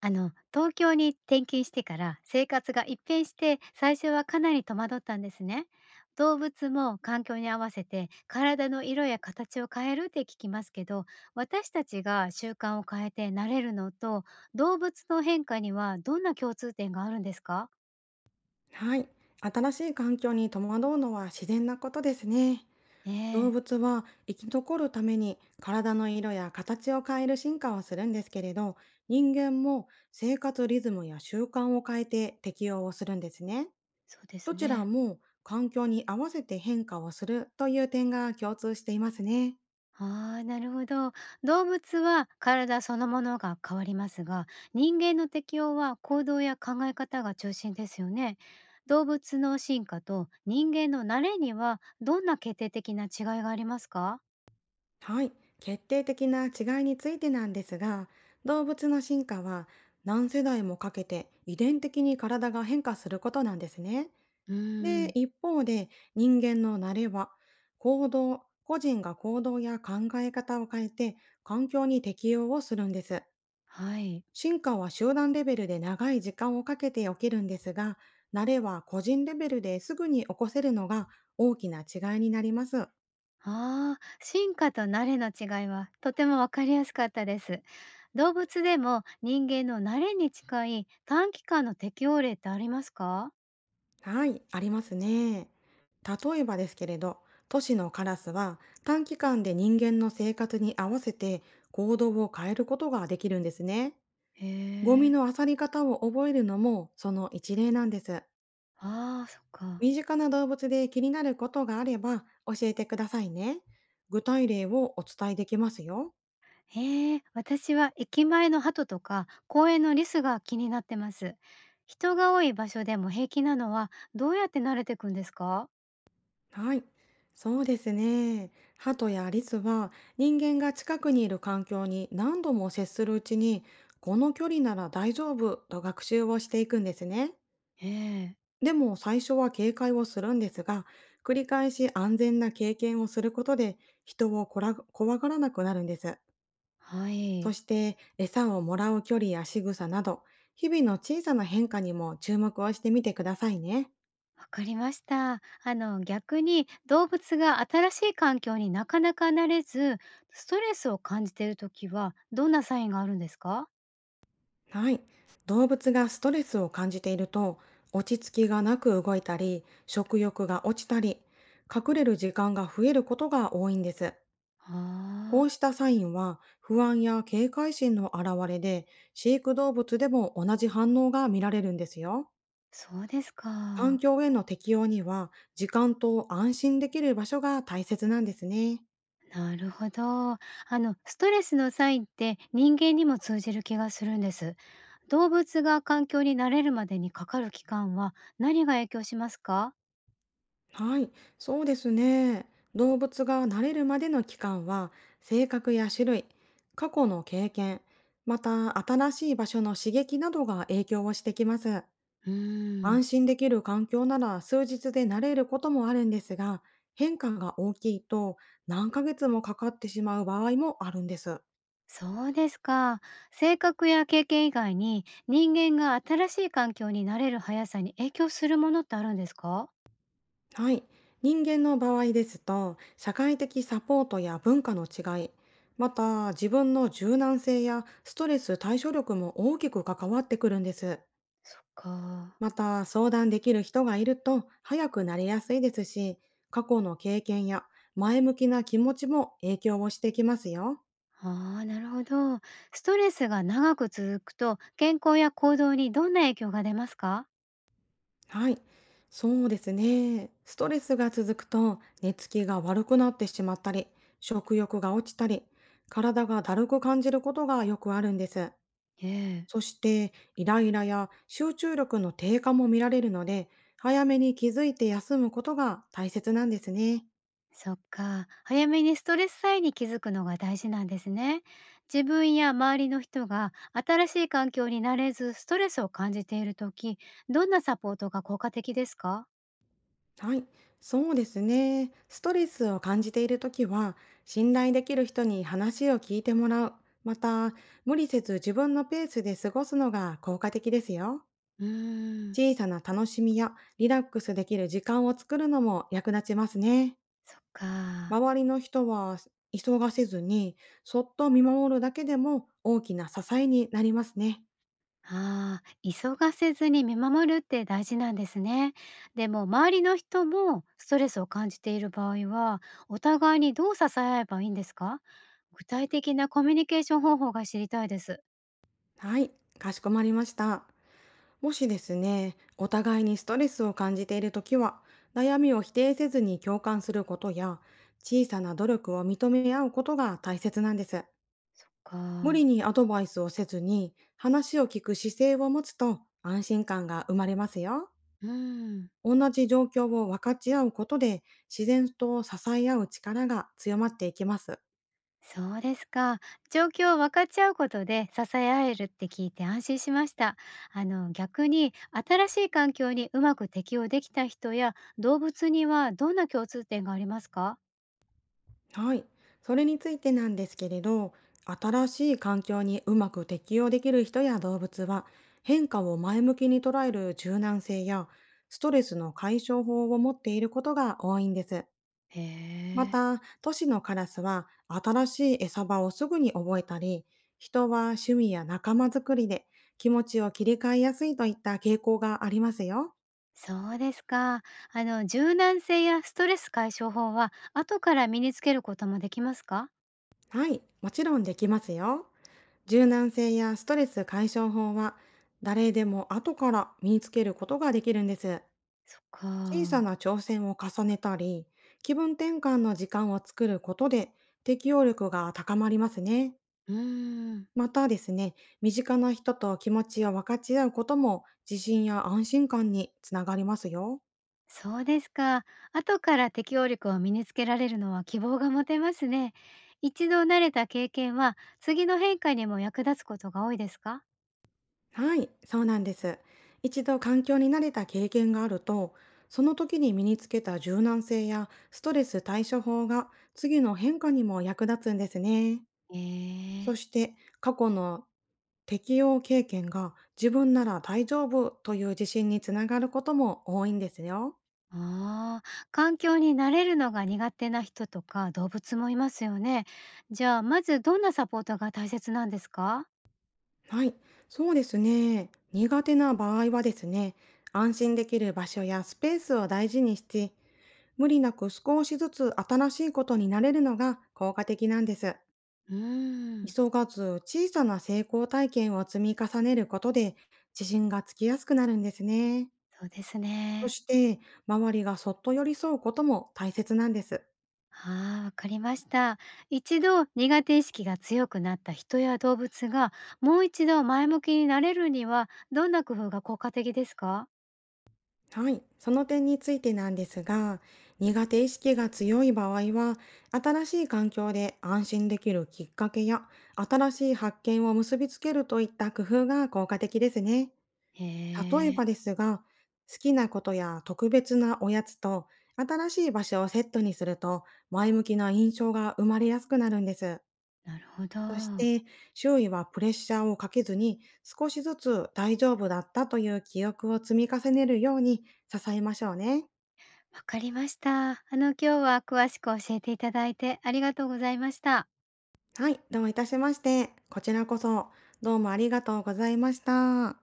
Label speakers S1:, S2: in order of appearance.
S1: 東京に転勤してから生活が一変して、最初はかなり戸惑ったんですね。動物も環境に合わせて体の色や形を変えるって聞きますけど、私たちが習慣を変えて慣れるのと動物の変化にはどんな共通点があるんですか？
S2: はい。新しい環境に戸惑うのは自然なことですね。
S1: え
S2: 動
S1: え、
S2: 物は生き残るために体の色や形を変える進化をするんですけれど、人間も生活リズムや習慣を変えて適応をするんですね。
S1: そうで
S2: ど
S1: す
S2: ちら
S1: ね。
S2: も環境に合わせて変化をするという点が共通していますね。
S1: ああ、なるほど。動物は体そのものが変わりますが、人間の適応は行動や考え方が中心ですよね。動物の進化と人間の慣れにはどんな決定的な違いがありますか？
S2: はい。決定的な違いについてなんですが、動物の進化は何世代もかけて遺伝的に体が変化することなんですね。
S1: うー
S2: で、
S1: ん、
S2: 一方で人間の慣れは、行動、個人が行動や考え方を変えて環境に適応をするんです。
S1: はい。
S2: 進化は集団レベルで長い時間をかけて起きるんですが、慣れは個人レベルですぐに起こせるのが大きな違いになります。
S1: ああ、進化と慣れの違いはとてもわかりやすかったです。動物でも人間の慣れに近い短期間の適応例ってありますか？
S2: はい、ありますね。例えばですけれど、都市のカラスは短期間で人間の生活に合わせて行動を変えることができるんですね。
S1: へ
S2: ゴミ
S1: え。
S2: の漁り方を覚えるのもその一例なんです。
S1: ああー、そっか。
S2: 身近な動物で気になることがあれば教えてくださいね。具体例をお伝えできますよ。
S1: へえ、私は駅前の鳩とか公園のリスが気になってます。人が多い場所でも平気なのはどうやって慣れていくんですか？
S2: はい。そうですね。ハトやリスは、人間が近くにいる環境に何度も接するうちに、この距離なら大丈夫と学習をしていくんですね。
S1: ええ、
S2: でも、最初は警戒をするんですが、繰り返し安全な経験をすることで人をこら怖がらなくなるんです。
S1: は
S2: そ
S1: い。
S2: して、餌をもらう距離や仕草など、日々の小さな変化にも注目をしてみてくださいね。
S1: わかりました。逆に動物が新しい環境になかなか慣れず、ストレスを感じているときはどんなサインがあるんですか？
S2: はい。動物がストレスを感じていると、落ち着きがなく動いたり、食欲が落ちたり、隠れる時間が増えることが多いんです。
S1: あ
S2: こう
S1: あ、
S2: したサインは不安や警戒心の表れで、飼育動物でも同じ反応が見られるんですよ。
S1: そうです
S2: 環
S1: か。
S2: 境への適応には、時間と安心できる場所が大切なんですね。
S1: なるほど。ストレスのサインって人間にも通じる気がするんです。動物が環境に慣れるまでにかかる期間は何が影響しますか？
S2: はい、そうですね。動物が慣れるまでの期間は、性格や種類、過去の経験、また新しい場所の刺激などが影響をしてきます。
S1: うーん、
S2: 安心できる環境なら数日で慣れることもあるんですが、変化が大きいと、何ヶ月もかかってしまう場合もあるんです。
S1: そうですか。性格や経験以外に人間が新しい環境に慣れる速さに影響するものってあるんですか？
S2: はい。人間の場合ですと、社会的サポートや文化の違い、また自分の柔軟性やストレス対処力も大きく関わってくるんです。
S1: そっか。
S2: また、相談できる人がいると早くなりやすいですし、過去の経験や前向きな気持ちも影響をしてきますよ。
S1: ああー、なるほど。ストレスが長く続くと健康や行動にどんな影響が出ますか？
S2: はい。そうですね。ストレスが続くと寝つきが悪くなってしまったり、食欲が落ちたり、体がだるく感じることがよくあるんです。
S1: ええ、
S2: そして、イライラや集中力の低下も見られるので、早めに気づいて休むことが大切なんですね。
S1: そっか。早めにストレスさえに気づくのが大事なんですね。自分や周りの人が新しい環境になれずストレスを感じているとき、どんなサポートが効果的ですか？
S2: はい、そうですね。ストレスを感じているときは、信頼できる人に話を聞いてもらう。また、無理せず自分のペースで過ごすのが効果的ですよ。
S1: うーん、
S2: 小さな楽しみやリラックスできる時間を作るのも役立ちますね。
S1: そっか。
S2: 周りの人は、急がせずに、そっと見守るだけでも大きな支えになりますね。
S1: ああ、急がせずに見守るって大事なんですね。でも周りの人もストレスを感じている場合は、お互いにどう支え合えばいいんですか？具体的なコミュニケーション方法が知りたいです。
S2: はい、かしこまりました。もしですね、お互いにストレスを感じているときは、悩みを否定せずに共感することや、小さな努力を認め合うことが大切なんです。
S1: そっ
S2: 無理
S1: か。
S2: にアドバイスをせずに、話を聞く姿勢を持つと安心感が生まれますよ。
S1: うん。
S2: 同じ状況を分かち合うことで、自然と支え合う力が強まっていきます。
S1: そうですか。状況を分かち合うことで支え合えるって聞いて安心しました。逆に新しい環境にうまく適応できた人や動物にはどんな共通点がありますか？
S2: はい。それについてなんですけれど、新しい環境にうまく適応できる人や動物は、変化を前向きに捉える柔軟性や、ストレスの解消法を持っていることが多いんです。
S1: へ
S2: ま
S1: え。
S2: た、都市のカラスは新しい餌場をすぐに覚えたり、人は趣味や仲間づくりで気持ちを切り替えやすいといった傾向がありますよ。
S1: そうですか。柔軟性やストレス解消法は後から身につけることもできますか？
S2: はい、もちろんできますよ。柔軟性やストレス解消法は、誰でも後から身につけることができるんです。
S1: そっ
S2: 小さ
S1: か。
S2: な挑戦を重ねたり、気分転換の時間を作ることで、適応力が高まりますね。
S1: うーん、
S2: またですね、身近な人と気持ちを分かち合うことも、自信や安心感につながりますよ。
S1: そうですか。後から適応力を身につけられるのは希望が持てますね。一度慣れた経験は次の変化にも役立つことが多いですか？
S2: はい、そうなんです。一度環境に慣れた経験があると、その時に身につけた柔軟性やストレス対処法が次の変化にも役立つんですね。
S1: えー、
S2: そして、過去の適応経験が自分なら大丈夫という自信につながることも多いんですよ。
S1: ああー、環境に慣れるのが苦手な人とか動物もいますよね。じゃあまずどんなサポートが大切なんですか？
S2: はい、そうですね。苦手な場合はですね、安心できる場所やスペースを大事にして、無理なく少しずつ新しいことに慣れるのが効果的なんです。
S1: うーん、
S2: 急がず小さな成功体験を積み重ねることで自信がつきやすくなるんですね。
S1: そうです
S2: そ
S1: ね。
S2: して、周りがそっと寄り添うことも大切なんです。
S1: ああ、わかりました。一度苦手意識が強くなった人や動物がもう一度前向きになれるにはどんな工夫が効果的ですか？
S2: はい。その点についてなんですが、苦手意識が強い場合は、新しい環境で安心できるきっかけや、新しい発見を結びつけるといった工夫が効果的ですね。
S1: へ
S2: 例え
S1: え、
S2: ばですが、好きなことや特別なおやつと新しい場所をセットにすると、前向きな印象が生まれやすくなるんです。
S1: なるほど。
S2: そし
S1: わ
S2: て、周囲はプレッシャーをかけずに、少しずつ大丈夫だったという記憶を積み重ねるように支えましょうね。
S1: かりました。今日は詳しく教えていただいてありがとうございました。
S2: はい、どういたしまして。こちらこそ、どうもありがとうございました。